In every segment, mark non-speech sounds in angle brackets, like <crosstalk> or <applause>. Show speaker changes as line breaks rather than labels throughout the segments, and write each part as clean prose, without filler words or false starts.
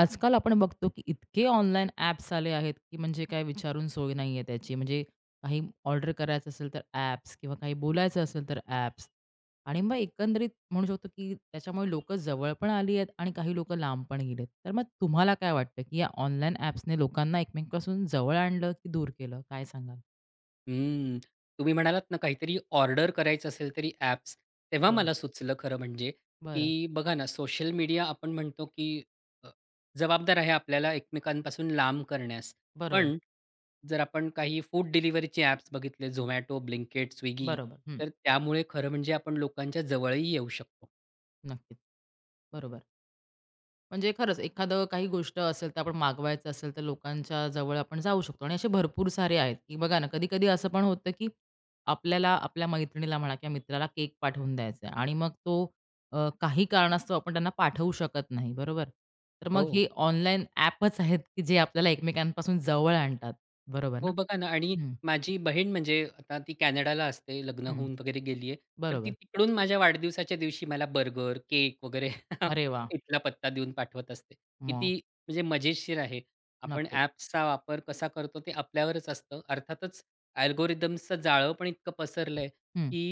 आजकाल आपण बघतो की इतके ऑनलाईन ॲप्स आले आहेत की म्हणजे काय विचारून सोय नाही आहे त्याची. म्हणजे काही ऑर्डर करायचं असेल तर ॲप्स किंवा काही बोलायचं असेल तर ॲप्स. आणि मग एकंदरीत म्हणू शकतो की त्याच्यामुळे लोकं जवळ पण आली आहेत आणि काही लोकं लांब पण गेलेत. तर मग तुम्हाला काय वाटतं की या ऑनलाईन ॲप्सने लोकांना एकमेकांपासून जवळ आणलं की दूर केलं? काय सांगाल?
हम्म. तुम्ही म्हणालात ना, काहीतरी ऑर्डर करायचं असेल तरी ॲप्स. तेव्हा
हो.
मला सुचलं खरं म्हणजे,
बरं.
की बघा ना, सोशल मीडिया आपण म्हणतो, की अ, जबाबदार आहे आपल्याला एकमेकांपासून लांब करण्यास.
बरोबर.
पण जर आपण काही फूड डिलिव्हरीचे ॲप्स बघितले Zomato, Blinkit, Swiggy
बरोबर. हं.
तर त्यामुळे खरं म्हणजे आपण लोकांच्या जवळही येऊ शकतो.
नक्कीच. बरोबर. म्हणजे खरंच एखादं काही गोष्ट असेल तर आपण मागवायचं असेल तर लोकांच्या जवळ आपण जाऊ शकतो आणि असे भरपूर सारे आहेत की बघा ना कधी कधी असं पण होतं की आपल्याला आपल्या मैत्रिणीला म्हणा किंवा मित्राला केक पाठवून द्यायचा आहे आणि मग तो काही कारणास्तव आपण त्यांना पाठवू शकत नाही बरोबर तर मग
हो.
हे ऑनलाईन ॲपच आहेत की जे आपल्याला एकमेकांपासून जवळ आणतात बरोबर ना
हो, बघा ना आणि
हम्म,
माझी बहीण म्हणजे आता ती कॅनडाला असते, लग्न
हम्म,
होऊन वगैरे गेली आहे. तर ती
बरोबर
तिकडून माझ्या वाढदिवसाच्या दिवशी मला बर्गर, केक वगैरे <laughs>
अरे वा
इथला पत्ता देऊन पाठवत असते.
मग
किती म्हणजे मजेशीर आहे. आपण
नक्कीच
ॲप्सचा वापर कसा करतो ते आपल्यावरच असतं. अर्थातच अल्गोरिथम्सचं जाळं पण इतकं पसरलं
हम्म,
की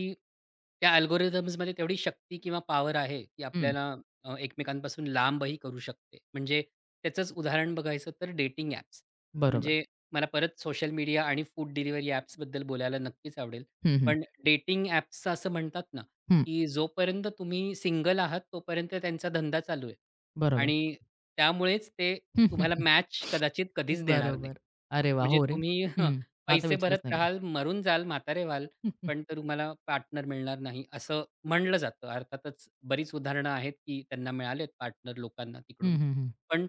त्या अल्गोरिथम्समध्ये तेवढी शक्ती किंवा पॉवर आहे, की
हम्म,
आपल्याला एकमेकांपासून लांबही करू शकते. म्हणजे त्याचंच उदाहरण बघायचं तर डेटिंग ॲप्स.
बरोबर
म्हणजे मला परत सोशल मीडिया आणि फूड डिलिव्हरी ॲप्सबद्दल बोलायला नक्कीच आवडेल.
हम्म, हम्म,
पण डेटिंग ॲप्सचं असं म्हणतात ना,
हम्म,
की जोपर्यंत तुम्ही सिंगल आहात, तोपर्यंत त्यांचा धंदा चालू आहे.
बरोबर
आणि त्यामुळेच ते तुम्हाला
<laughs>
मॅच कदाचित कधीच देणार नाहीत.
बरोबर. अरे वाह!
म्हणजे
हो रे.
तुम्ही <laughs>
हं. हा तर
पैसे
विचारच
भरत
नाही केला.
राहाल, मरून जाल, म्हातारे व्हाल, पण तर तुम्हाला पार्टनर मिळणार नाही, असं म्हणलं जातं. अर्थातच बरीच उदाहरणं आहेत, की त्यांना मिळालेत पार्टनर लोकांना
हं,
तिकडून.
हं, हं.
पण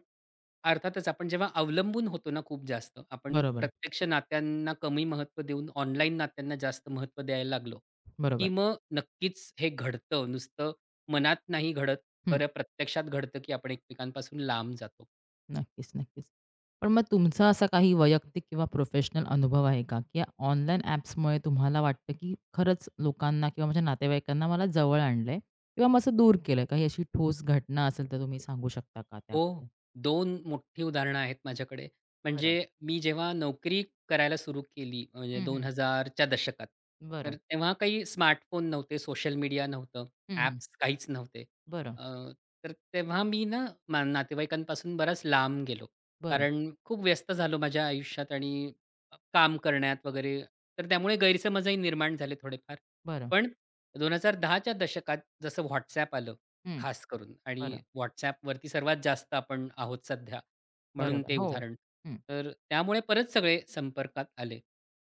अर्थातच आपण जेव्हा अवलंबून होतो ना खूप जास्त, आपण
बरोबर,
प्रत्यक्ष नात्यांना कमी महत्त्व देऊन ऑनलाईन नात्यांना जास्त महत्त्व द्यायला लागलो, की
बरोबर.
मग नक्कीच हे घडतं. नुसतं मनात नाही घडत,
हं.
खरं प्रत्यक्षात घडतं, की आपण एकमेकांपासून लांब जातो.
नक्कीच, नक्कीच. पण मग तुमचा असा काही वैयक्तिक किंवा प्रोफेशनल अनुभव आहे का, की या ऑनलाईन ॲप्समुळे तुम्हाला वाटतं, की खरंच लोकांना किंवा माझ्या नातेवाईकांना मला जवळ आणलंय किंवा मग असं दूर केलंय? काही अशी ठोस घटना असेल तर तुम्ही सांगू शकता का
हो,
त्याबद्दल?
दोन मोठी उदाहरणं आहेत माझ्याकडे. म्हणजे
बरं.
मी जेव्हा नोकरी करायला सुरू केली म्हणजे
हं, हं.
2000 च्या दशकात, तर
बरं.
तेव्हा काही स्मार्टफोन नव्हते, सोशल मीडिया नव्हतं,
हं, हं.
ॲप्स काहीच नव्हते.
बरं,
अ, तर तेव्हा मी ना मा नातेवाईकांपासून बराच लांब गेलो.
बरं,
कारण खूप व्यस्त झालो माझ्या आयुष्यात आणि काम करण्यात वगैरे. तर त्यामुळे गैरसमजही निर्माण झाले थोडेफार.
बरं.
पण 2010 च्या दशकात जसं WhatsApp आलं
हं.
खास करून आणि
बरं.
WhatsAppवरती सर्वात जास्त आपण आहोत सध्या, म्हणून
बरोबर.
ते
हो.
उदाहरण.
हं.
तर त्यामुळे परत सगळे संपर्कात आले.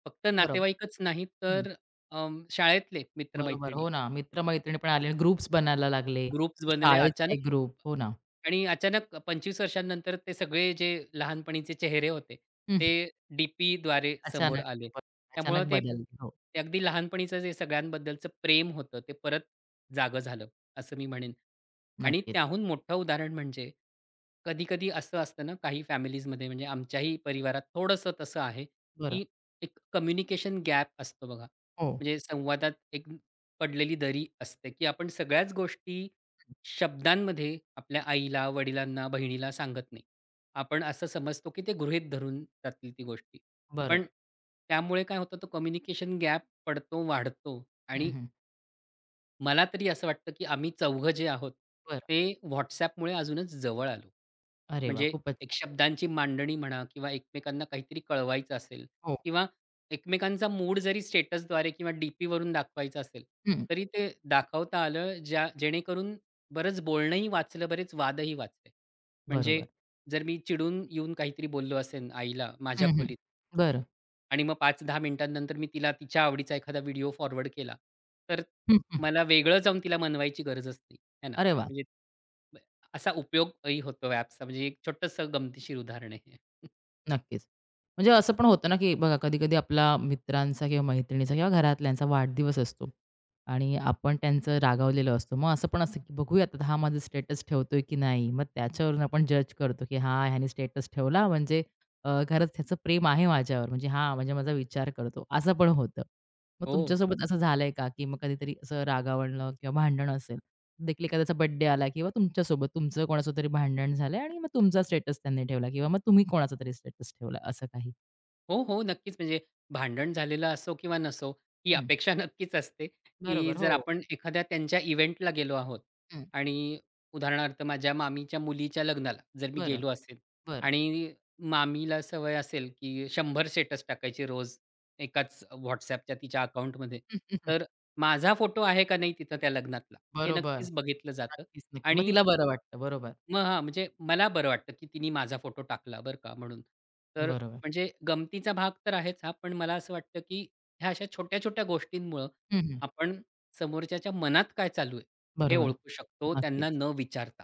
फक्त
बरोबर.
नातेवाईकच नाही तर शाळेतले मित्र
बरोबर. हो ना. मित्र-मैत्रिणी पण आले, ग्रुप्स बनायला लागले,
ग्रुप्स
की
बनले
शाळेचा एक
अचानक
ग्रुप. हो ना.
आणि अचानक 25 वर्षांनंतर ते सगळे जे लहानपणीचे चेहरे होते,
हं.
ते डी-पीद्वारे समोर
अचानक
आले.
ब
त्यामुळं
अचानक
ते
बदल. हो,
ते अगदी लहानपणीचं जे सगळ्यांबद्दलचं प्रेम होतं, ते परत जागं झालं, असं मी म्हणेन. आणि
नक्कीच.
त्याहून मोठं उदाहरण म्हणजे कधी-कधी असं असतं ना, काही फॅमिलीजमध्ये म्हणजे आमच्याही परिवारात थोडंसं तसं आहे,
बरं.
की एक कम्युनिकेशन गॅप असतो बघा.
हो,
म्हणजे संवादात एक पडलेली दरी असते, की आपण सगळ्याच गोष्टी शब्दांमध्ये आपल्या आईला, वडिलांना, बहिणीला सांगत नाही. आपण असं समजतो, की ते गृहीत धरून जातील ती गोष्टी. पण
बरोबर.
त्यामुळे काय होतं, तो कम्युनिकेशन गॅप पडतो, वाढतो
हं,
आणि
हं.
मला तरी असं वाटतं, की आम्ही चौघं जे आहोत,
बरं.
ते WhatsAppमुळे अजूनच जवळ आलो.
अरे वाह!
म्हणजे
खूपच
एक
छान.
शब्दांची मांडणी म्हणा किंवा एकमेकांना काहीतरी कळवायचं असेल
हो.
किंवा एकमेकांचा मूड जरी स्टेटसद्वारे किंवा डीपीवरून दाखवायचा असेल,
हं.
तरी ते दाखवता आलं ज्या जेणेकरून बरंच बोलणंही वाचलं, बरेच वादही वाचले. म्हणजे
बरोबर.
जर मी चिडून येऊन काहीतरी बोललो असेन आईला माझ्या
हं, हं.
खोलीत,
बरं.
आणि मग 5-10 मिनिटांनंतर मी तिला तिच्या आवडीचा एखादा व्हिडिओ फॉरवर्ड केला. तर
हं, हं.
मला वेगळं जाऊन तिला मनवायची गरजच नाही, है ना?
अरे वाह!
म्हणजे ब- असा उपयोगही होतो ॲप्सचा म्हणजे एक छोटंसं गमतीशीर उदाहरण आहे हे. <laughs>
नक्कीच. म्हणजे असं पण होतं ना, की बघा कधी-कधी आपला मित्रांचा किंवा मैत्रिणीचा किंवा घरातल्यांचा वाढदिवस असतो आणि आपण त्यांचं रागावलेलं असतो. मग असं पण असतं, की बघूया आता हा माझा स्टेटस ठेवतोय की नाही. मग त्याच्यावरून आपण जज करतो, की हां, ह्याने स्टेटस ठेवला म्हणजे खरंच ह्याचं प्रेम आहे माझ्यावर. म्हणजे हां, म्हणजे माझा विचार करतो. असं पण होतं. मग
हो.
तुमच्यासोबत असं झालंय का, की मग कधीतरी असं रागावणं किंवा भांडण असेल, देखील एखाद्याचा बर्थडे आला किंवा तुमच्यासोबत तुमचं कोणाचं तरी भांडण झालंय आणि मग तुमचा स्टेटस त्यांनी ठेवला किंवा मग तुम्ही कोणाचा तरी स्टेटस ठेवला असं काही?
हो. नक्कीच म्हणजे भांडण झालेलं असो किंवा नसो, ही
हं,
अपेक्षा <laughs> नक्कीच असते, की
बरोबर.
जर
हो.
आपण एखाद्या त्यांच्या इव्हेंटला गेलो आहोत
हं,
आणि उदाहरणार्थ माझ्या मामीच्या मुलीच्या लग्नाला जर मी
बरं,
गेलो असेल
बरं.
आणि मामीला सवय असेल, की 100 स्टेटस टाकायचे रोज एकाच WhatsAppच्या तिच्या अकाउंटमध्ये. तर
<laughs>
माझा फोटो आहे का नाही तिथं त्या लग्नातला, हे
बरोबर.
नक्कीच बघितलं जातं
नक्कीच, नक्की. मग
आणि
तिला बरं वाटतं. बरोबर,
मग हां, म्हणजे मला बरं वाटतं, की तिने माझा फोटो टाकला बरं का म्हणून. तर
बरोबर.
म्हणजे गमतीचा भाग तर आहेच हा, पण मला असं वाटतं, की ह्या अशा छोट्या-छोट्या गोष्टींमुळं
हं, हं.
आपण समोरच्याच्या मनात काय चालू आहे, हे
बरोबर.
ओळखू शकतो
नक्कीच,
त्यांना न विचारता.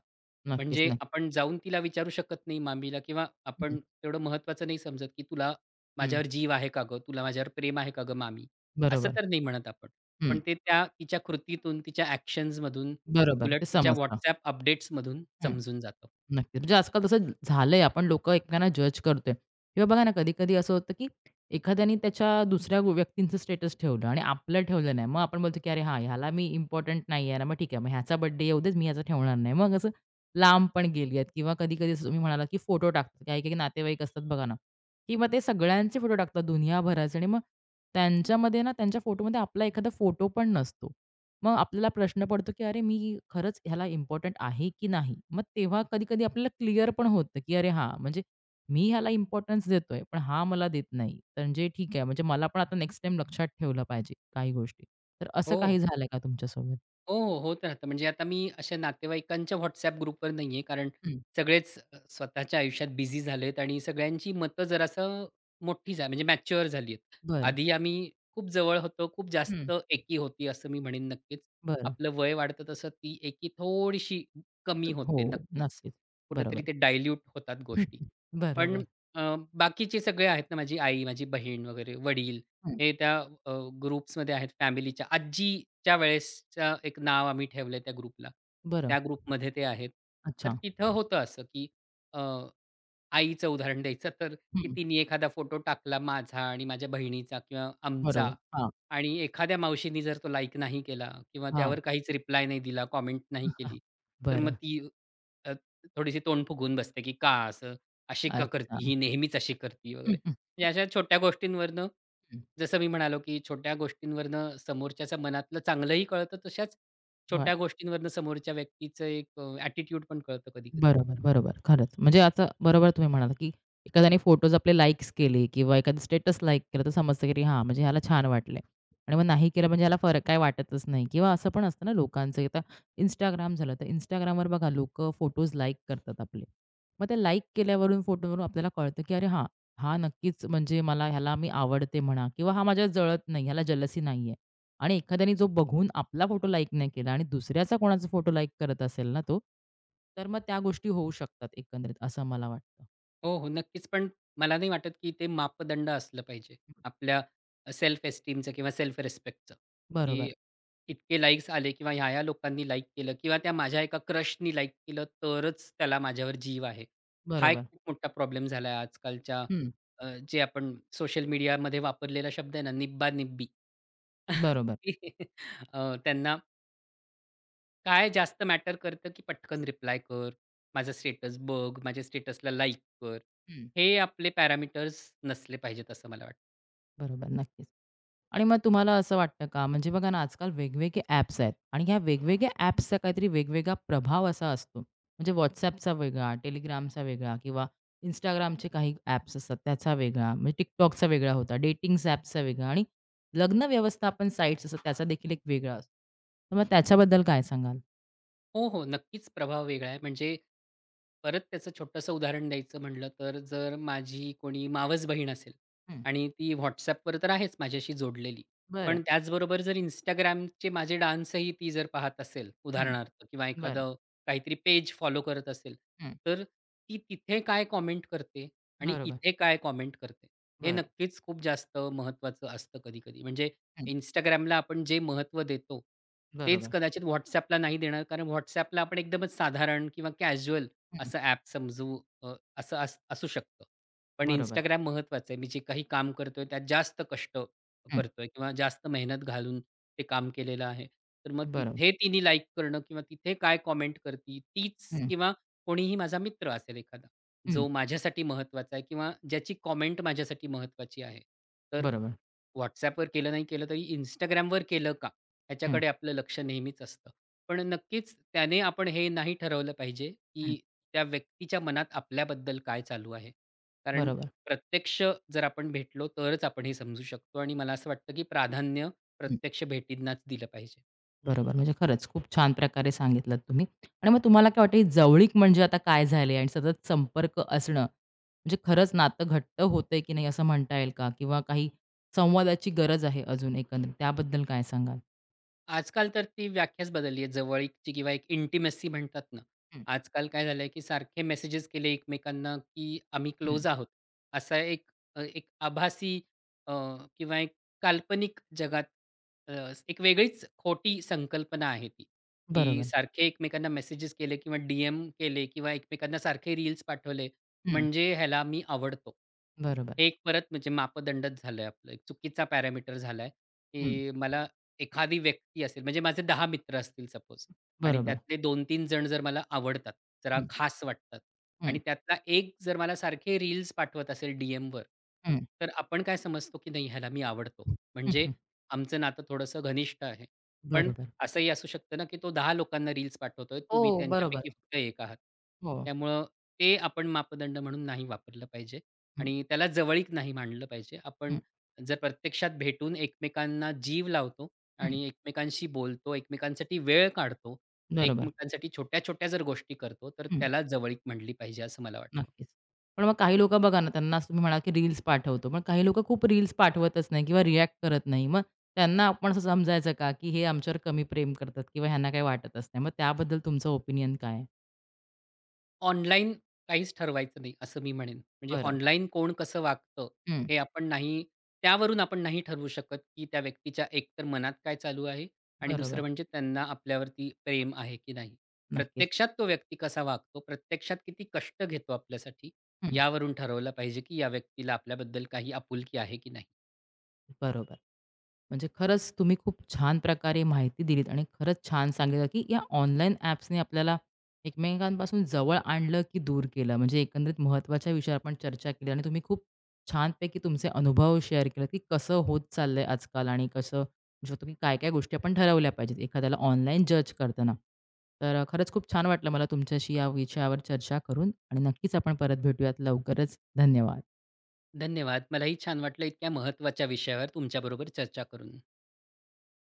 नक्कीच,
म्हणजे
नक्की.
आपण जाऊन तिला विचारू शकत नाही मामीला किंवा
हं,
आपण तेवढं महत्त्वाचं नाही समजत, की "तुला
हं.
माझ्यावर जीव आहे का गं? तुला माझ्यावर प्रेम आहे का गं मामी?" असं
बरोबर.
तर नाही म्हणत आपण.
हं,
पण ते त्या तिच्या कृतीतून, तिच्या ॲक्शन्समधून
बरोबर.
उलट
ते
तिच्या
समजतं.
WhatsApp अपडेट्समधून समजून जातं.
नक्की. म्हणजे आजकाल तसं झालंय. आपण लोकं एकमेकांना जज करतोय किंवा बघा ना, कधी-कधी असं होतं, की एखाद्याने त्याच्या दुसऱ्या व्यक्तींचं स्टेटस ठेवलं आणि आपलं ठेवलं नाही. मग आपण बोलतो, की "अरे हां, ह्याला मी इम्पोर्टंट नाही आहे ना, मग ठीक आहे. मग ह्याचा बर्थडे येऊ देच, मी ह्याचा ठेवणार नाही." मग असं लांब पण गेली आहेत किंवा कधी-कधी असं तुम्ही म्हणालात, की फोटो टाकतात. काही-काही नातेवाईक असतात बघा ना, की मग ते सगळ्यांचे फोटो टाकतात दुनियाभराचे आणि मग त्यांच्यामध्ये ना, त्यांच्या फोटोमध्ये आपला एखादा फोटो पण नसतो. मग आपल्याला प्रश्न पडतो, की अरे मी खरंच ह्याला इम्पोर्टंट आहे की नाही? मग तेव्हा कधी-कधी आपल्याला क्लिअर पण होतं, की अरे हां, म्हणजे मी ह्याला इम्पोर्टन्स देतोय, पण हा मला देत नाही. तर म्हणजे ठीक आहे, म्हणजे मला पण आता नेक्स्ट टाईम लक्षात ठेवलं पाहिजे काही गोष्टी. तर असं
हो,
काही झालंय का तुमच्यासोबत?
हो. होत राहतं. म्हणजे आता मी अशा नातेवाईकांच्या WhatsApp ग्रुपवर नाही आहे, कारण
हं,
सगळेच स्वतःच्या आयुष्यात बिझी झालेत आणि सगळ्यांची मतं जरासं मोठी झाली म्हणजे मॅच्युअर झाली आहेत.
बरं.
आधी आम्ही खूप जवळ होतो, खूप
हं,
जास्त एकी होती असं मी म्हणेन नक्कीच.
बरं.
आपलं वय वाढतं तसं ती एकी थोडीशी
तू
कमी
हो,
होते नक्कीच.
नक्कीच.
कुठेतरी
बरोबर.
ते डायल्यूट होतात
हं,
गोष्टी.
हं.
पण
बरोबर.
अ, बाकीचे सगळे आहेत ना माझी आई, माझी बहीण वगैरे, वडील
हं,
हे त्या अ, ग्रुप्समध्ये आहेत फॅमिलीच्या. आजीच्या वेळेसचं एक नाव आम्ही ठेवलंय त्या ग्रुपला.
बरं.
त्या ग्रुपमध्ये ते आहेत. तर
अच्छा.
तिथं होतं असं, की अ, आईचं उदाहरण द्यायचं तर, की
हं,
तिने एखादा फोटो टाकला माझा आणि माझ्या बहिणीचा किंवा
बरोबर.
आमचा
हां,
आणि एखाद्या मावशीनी जर तो लाइक नाही केला किंवा
हां.
त्यावर काहीच रिप्लाय नाही दिला, कॉमेंट नाही
<laughs>
केली, तर मग
बरं.
ती अ, थोडीशी तोंड फुगवून बसते, की "का असं? अशी का
अच्छा.
करती? ही नेहमीच अशी करती"
हं,
वगैरे.
हं,
म्हणजे अशा छोट्या गोष्टींवरनं जसं मी म्हणालो, की छोट्या गोष्टींवरनं समोरच्याच्या मनातलं चांगलंही कळतं, तशाच
हं.
छोट्या गोष्टींवरनं समोरच्या व्यक्तीचं एक ॲटिट्यूड पण कळतं कधी-कधी.
बरोबर, बरोबर. खरंच. म्हणजे आता बरोबर तुम्ही म्हणालात, की एखाद्याने फोटोज आपले लाइक्स केले किंवा एखादं स्टेटस लाइक केलं तर समजतं, की हां, म्हणजे ह्याला छान वाटले आणि मग नाही केलं म्हणजे ह्याला फरक काही वाटतच नाही किंवा असं पण असतं ना लोकांचं. आता Instagram झालं, तर Instagramवर बघा लोकं फोटोज लाइक करतात आपले. मग ते लाइक केल्यावरून फोटोवरून आपल्याला कळतं, की अरे हां, हा नक्कीच म्हणजे मला ह्याला मी आवडते म्हणा किंवा हा माझ्या जळत नाही, ह्याला जलसी नाहीये. आणि एखाद्याने जो बघून आपला फोटो लाईक नाही केला आणि दुसऱ्याचा कोणाचा फोटो लाईक करत असेल ना तो, तर मग त्या गोष्टी होऊ शकतात एकंदरीत असं मला वाटतं.
हो. नक्कीच. पण मला नाही वाटत, की ते मापदंड असलं पाहिजे. आपल्या सेल्फ एस्टीमचं किंवा सेल्फ रिस्पेक्टचं,
बरोबर,
की इतके लाइक्स आले किंवा ह्या-ह्या लोकांनी लाइक केलं किंवा त्या माझ्या एका क्रशनी लाइक केलं, तरच त्याला माझ्यावर जीव आहे. हा एक
बरोबर.
खूप मोठा प्रॉब्लेम झाला आहे आजकालच्या
हं,
जे आपण सोशल मीडियामध्ये वापरलेला शब्द आहे ना, निब्बा-निब्बी.
बरोबर.
<laughs> त्यांना काय जास्त मॅटर करतं, की पटकन रिप्लाय कर, माझा स्टेटस बघ, माझ्या स्टेटसला लाइक कर.
हं,
हे आपले पॅरामीटर्स नसले पाहिजेत असं मला वाटतं.
बरोबर. नक्कीच. आणि मग तुम्हाला असं वाटतं का, म्हणजे बघा ना, आजकाल वेगवेगळे ॲप्स आहेत आणि ह्या वेगवेगळ्या ॲप्सचा काहीतरी वेगवेगळा प्रभाव असा असतो. म्हणजे WhatsAppचा वेगळा, Telegramचा वेगळा किंवा Instagramचे काही ॲप्स असतात त्याचा वेगळा, म्हणजे TikTokचा वेगळा होता, डेटिंग्स ॲप्सचा वेगळा आणि लग्न व्यवस्थापन साइट्स असतात त्याचा देखील एक वेगळा असतो. तर मग त्याच्याबद्दल काय सांगाल?
हो. नक्कीच प्रभाव वेगळा आहे. म्हणजे परत त्याचं छोटंसं उदाहरण द्यायचं म्हटलं तर जर माझी कोणी मावस बहीण असेल
हं,
आणि ती WhatsAppवर तर आहेच माझ्याशी जोडलेली.
बरं.
पण त्याचबरोबर जर Instagramचे माझे डान्सही ती जर पाहत असेल
हं,
उदाहरणार्थ किंवा
बरं.
एखादं काहीतरी पेज फॉलो करत असेल,
हं,
तर ती तिथे काय कॉमेंट करते आणि
बरोबर.
इथे काय कॉमेंट करते, हे
बरं.
नक्कीच खूप जास्त महत्त्वाचं असतं कधी-कधी. म्हणजे
हं,
Instagramला आपण जे महत्त्व देतो, तेच
बरोबर.
कदाचित WhatsAppला नाही देणार. कारण WhatsAppला आपण एकदमच साधारण किंवा कॅज्युअल
हं,
असं ॲप समजू अ, असं असू शकतं. पण
बरोबर.
Instagram महत्त्वाचं आहे. मी जे काही काम करतोय, त्यात जास्त कष्ट
हं,
करतोय किंवा जास्त मेहनत घालून ते काम केलेलं आहे. तर मग
बरोबर.
तिथे तिने लाइक करणं किंवा तिथे काय कमेंट करती, तीच
हं,
किंवा कोणीही माझा मित्र असेल एखादा,
हं,
जो माझ्यासाठी महत्त्वाचा आहे किंवा ज्याची कमेंट माझ्यासाठी महत्त्वाची आहे. तर
बरोबर.
WhatsAppवर केलं नाही केलं तरी Instagramवर केलं का?
हं,
ह्याच्याकडे आपलं लक्ष नेहमीच असतं. पण नक्कीच त्याने आपण हे नाही ठरवलं पाहिजे, की
हं,
त्या व्यक्तीच्या मनात आपल्याबद्दल काय चालू आहे. कारण
बरोबर.
प्रत्यक्ष जर आपण भेटलो तरच आपण हे समजू शकतो आणि मला असं वाटतं, की प्राधान्य प्रत्यक्ष भेटींनाच दिलं पाहिजे.
बरोबर. म्हणजे खरंच खूप छान प्रकारे सांगितलत तुम्ही. आणि मग तुम्हाला काय वाटतं, ही जवळीक म्हणजे आता काय झाले आणि सतत संपर्क असणं, म्हणजे खरंच नातं घट्ट होतंय की नाही असं म्हणता येईल का? किंवा काही संवादाची गरज आहे अजून एकंदरीत त्याबद्दल काय सांगाल?
आजकाल तर ती व्याख्याच बदलली आहे जवळीकची किंवा एक इंटिमेसी म्हणतात ना.
हं,
आजकाल काय झालंय, की सारखे मेसेजेस केले एकमेकांना, की आम्ही
हं.
क्लोज आहोत. असा एक एक आभासी अ, किंवा एक काल्पनिक जगात अ, एक वेगळीच खोटी संकल्पना आहे ती, की
बरोबर.
सारखे एकमेकांना मेसेजेस केले किंवा डी-एम केले किंवा एकमेकांना सारखे रील्स पाठवले,
हं.
म्हणजे ह्याला मी आवडतो.
बरोबर.
हे एक परत म्हणजे मापदंडच झालंय आपलं. एक चुकीचा पॅरामीटर झालाय,
हं.
की मला एखादी व्यक्ती असेल, म्हणजे माझे 10 मित्र असतील सपोज आणि
बरोबर.
त्यातले 2 तीन जण जर मला आवडतात, जरा
हं,
खास वाटतात
हं,
आणि त्यातला एक जर मला सारखे रील्स पाठवत असेल डी-एमवर,
हं.
तर आपण काय समजतो की नाही ह्याला मी आवडतो.
हं,
म्हणजे
हं.
आमचं नातं थोडंसं घनिष्ठ आहे. पण
बरोबर.
असंही असू शकतं ना, की तो 10 लोकांना रील्स पाठवतोय, तुम्ही
हो, बरोबर.
त्यांच्यापैकी फक्त एक आहात.
हो.
त्यामुळं ते आपण मापदंड म्हणून नाही वापरलं पाहिजे
हं,
आणि त्याला जवळीक नाही मानलं पाहिजे.
हं,
आपण जर प्रत्यक्षात भेटून एकमेकांना जीव लावतो,
हं.
आणि एकमेकांशी बोलतो, एकमेकांसाठी वेळ काढतो,
बरोबर.
एकमेकांसाठी छोट्या-छोट्या जर गोष्टी करतो, तर
हं.
त्याला जवळीक म्हटली पाहिजे असं मला वाटतं.
नक्कीच. पण मग काही लोकं बघा ना, त्यांना असं तुम्ही म्हणाला, की रील्स पाठवतो. पण काही लोकं खूप रील्स पाठवतच नाही किंवा रिएक्ट करत नाही. मग त्यांना आपण असं समजायचं का, की हे आमच्यावर कमी प्रेम करतात किंवा ह्यांना काही वाटतच नाही. मग त्याबद्दल तुमचं ओपिनियन काय आहे?
ऑनलाईन काहीच ठरवायचं नाही असं मी म्हणेन. म्हणजे
बरं.
ऑनलाईन कोण कसं वागतं
हं.
हे आपण नाही त्यावरून आपण नाही ठरवू शकत, की त्या व्यक्तीच्या एकतर मनात काय चालू आहे आणि दुसरं
बरोबर.
म्हणजे त्यांना आपल्यावरती प्रेम आहे की नाही.
नक्कीच.
प्रत्यक्षात तो व्यक्ती कसा वागतो, प्रत्यक्षात किती कष्ट घेतो आपल्यासाठी
हं.
यावरून ठरवलं पाहिजे, की या व्यक्तीला आपल्याबद्दल काही आपुलकी आहे की नाही.
बरोबर. म्हणजे खरंच तुम्ही खूप छान प्रकारे माहिती दिलीत आणि खरंच छान सांगितलं, की या ऑनलाईन ॲप्सने आपल्याला एकमेकांपासून जवळ आणलं, की दूर केलं. म्हणजे एकंदरीत महत्त्वाच्या विषयावर आपण चर्चा केली आणि तुम्ही खूप छानपैकी तुमचे अनुभव शेअर केलेत, की कसं होत चाललंय आजकाल आणि कसं म्हणू शकतो, की काय-काय गोष्टी आपण ठरवल्या पाहिजेत एखाद्याला ऑनलाईन जज करताना. तर खरंच खूप छान वाटलं मला तुमच्याशी या विषयावर चर्चा करून आणि नक्कीच आपण परत भेटूयात लवकरच. धन्यवाद.
धन्यवाद. मलाही छान वाटलं इतक्या महत्त्वाच्या विषयावर तुमच्याबरोबर चर्चा करून.